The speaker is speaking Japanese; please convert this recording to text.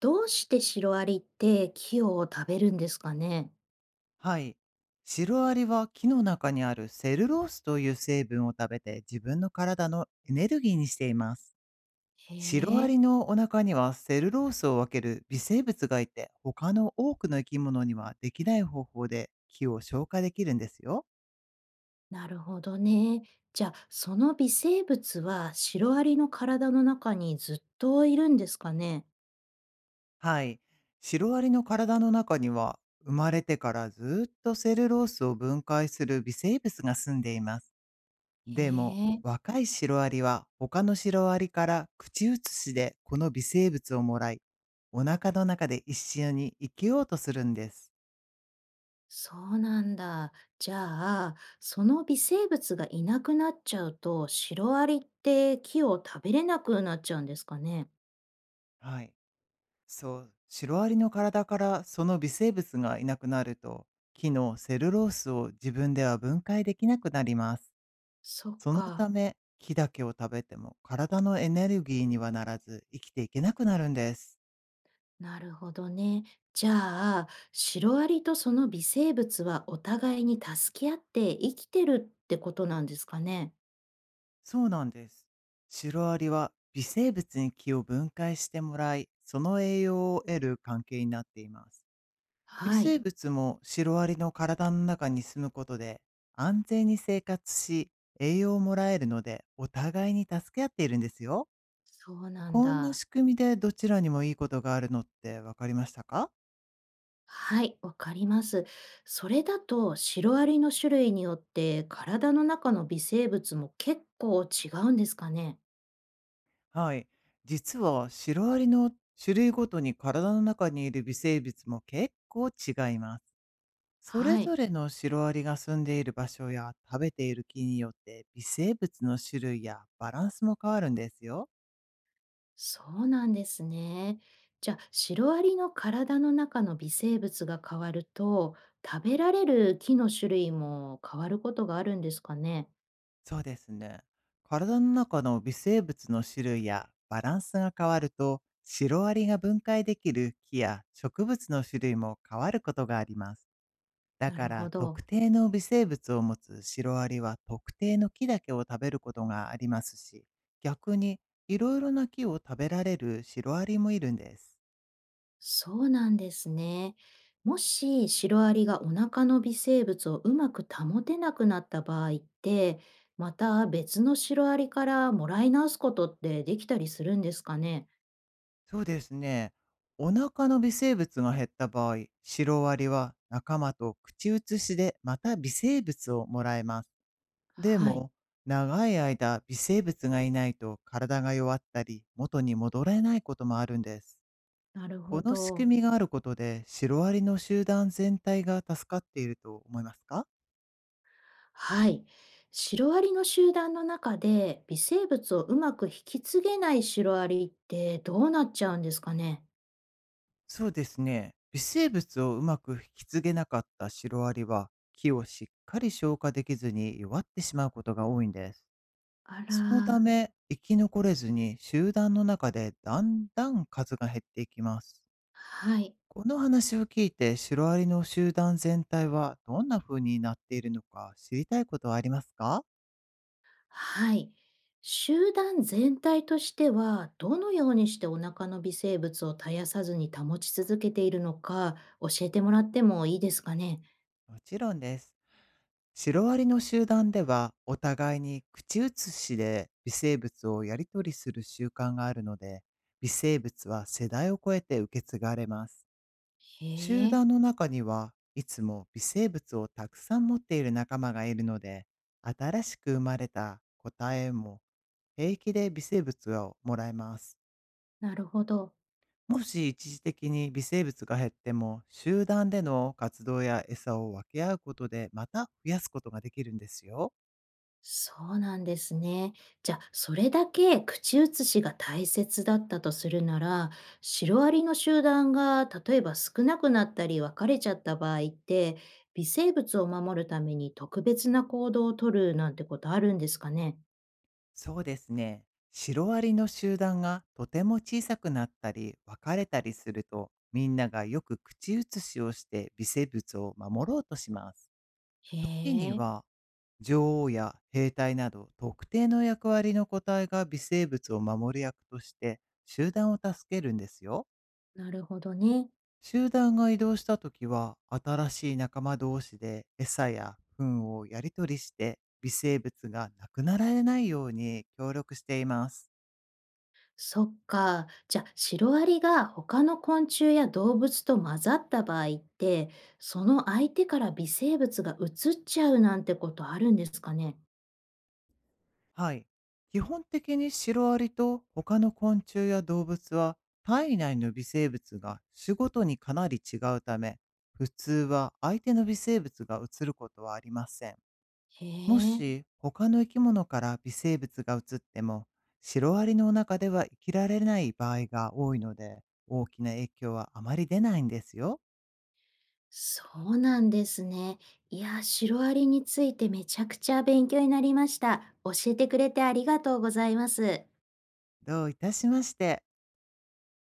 どうしてシロアリって木を食べるんですかね？はい。シロアリは木の中にあるセルロースという成分を食べて、自分の体のエネルギーにしています。へシロアえ、リのお腹にはセルロースを分ける微生物がいて、他の多くの生き物にはできない方法で木を消化できるんですよ。なるほどね。じゃあ、その微生物はシロアリの体の中にずっといるんですかね？はい。シロアリの体の中には、生まれてからずっとセルロースを分解する微生物が住んでいます。へでも、え、若いシロアリは他のシロアリから口移しでこの微生物をもらい、お腹の中で一緒に生きようとするんです。そうなんだ。じゃあ、その微生物がいなくなっちゃうと、シロアリって木を食べれなくなっちゃうんですかね？はい。そう、シロアリの体からその微生物がいなくなると、木のセルロースを自分では分解できなくなります。そっそのたか。め、木だけを食べても体のエネルギーにはならず、生きていけなくなるんです。なるほどね。じゃあ、シロアリとその微生物はお互いに助け合って生きてるってことなんですかね。そうなんです。シロアリは微生物に木を分解してもらい、その栄養を得る関係になっています。微はい、生物もシロアリの体の中に住むことで、安全に生活し、栄養をもらえるので、お互いに助け合っているんですよ。そうなんこんなだ。仕組みで、どちらにもいいことがあるのってわかりましたか？はい、わかります。それだと、シロアリの種類によって体の中の微生物も結構違うんですかね。はい。実はシロアリの種類ごとに、体の中にいる微生物も結構違います。それはい。ぞれのシロアリが住んでいる場所や食べている木によって、微生物の種類やバランスも変わるんですよ。そうなんですね。じゃあ、シロアリの体の中の微生物が変わると、食べられる木の種類も変わることがあるんですかね。そうですね。体の中の微生物の種類やバランスが変わると、シロアリが分解できる木や植物の種類も変わることがあります。だなかるら、ほど。特定の微生物を持つシロアリは特定の木だけを食べることがありますし、逆に、いろいろな木を食べられるシロアリもいるんです。そうなんですね。もしシロアリがお腹の微生物をうまく保てなくなった場合って、また別のシロアリからもらい直すことってできたりするんですかね。そうですね。お腹の微生物が減った場合、シロアリは仲間と口移しでまた微生物をもらえます。ではい、も、長い間微生物がいないと、体が弱ったり元に戻れないこともあるんです。なるこほの仕ど。組みがあることで、シロアリの集団全体が助かっていると思いますか？はい。シロアリの集団の中で微生物をうまく引き継げないシロアリってどうなっちゃうんですかね？そうですね。微生物をうまく引き継げなかったシロアリは、木をしっかり消化できずに弱ってしまうことが多いんです。あそのたら、め、生き残れずに集団の中でだんだん数が減っていきます。はい、この話を聞いて、シロアリの集団全体はどんな風になっているのか、知りたいことはありますか？はい。集団全体としてはどのようにしてお腹の微生物を絶やさずに保ち続けているのか教えてもらってもいいですかね？もちろんです。シロアリの集団では、お互いに口移しで微生物をやり取りする習慣があるので、微生物は世代を超えて受け継がれます。へ集え、団の中にはいつも微生物をたくさん持っている仲間がいるので、新しく生まれた個体も平気で微生物をもらえます。なるほど。もし一時的に微生物が減っても、集団での活動や餌を分け合うことで、また増やすことができるんですよ。そうなんですね。じゃ、あそれだけ口移しが大切だったとするなら、シロアリの集団が例えば少なくなったり別れちゃった場合って、微生物を守るために特別な行動をとるなんてことあるんですかね？そうですね。シロアリの集団がとても小さくなったり分かれたりすると、みんながよく口移しをして微生物を守ろうとします。へ時にえ、は、女王や兵隊など特定の役割の個体が微生物を守る役として、集団を助けるんですよ。なるほどね。集団が移動した時は、新しい仲間同士で餌や糞をやり取りして、微生物がなくなられないように協力しています。そっか。じゃ、あシロアリが他の昆虫や動物と混ざった場合って、その相手から微生物が移っちゃうなんてことあるんですかね？はい。基本的にシロアリと他の昆虫や動物は、体内の微生物が種ごとにかなり違うため、普通は相手の微生物が移ることはありません。へもえ、し他の生き物から微生物が移っても、シロアリの中では生きられない場合が多いので、大きな影響はあまり出ないんですよ。そうなんですね。いや、シロアリについてめちゃくちゃ勉強になりました。教えてくれてありがとうございます。どういたしまして。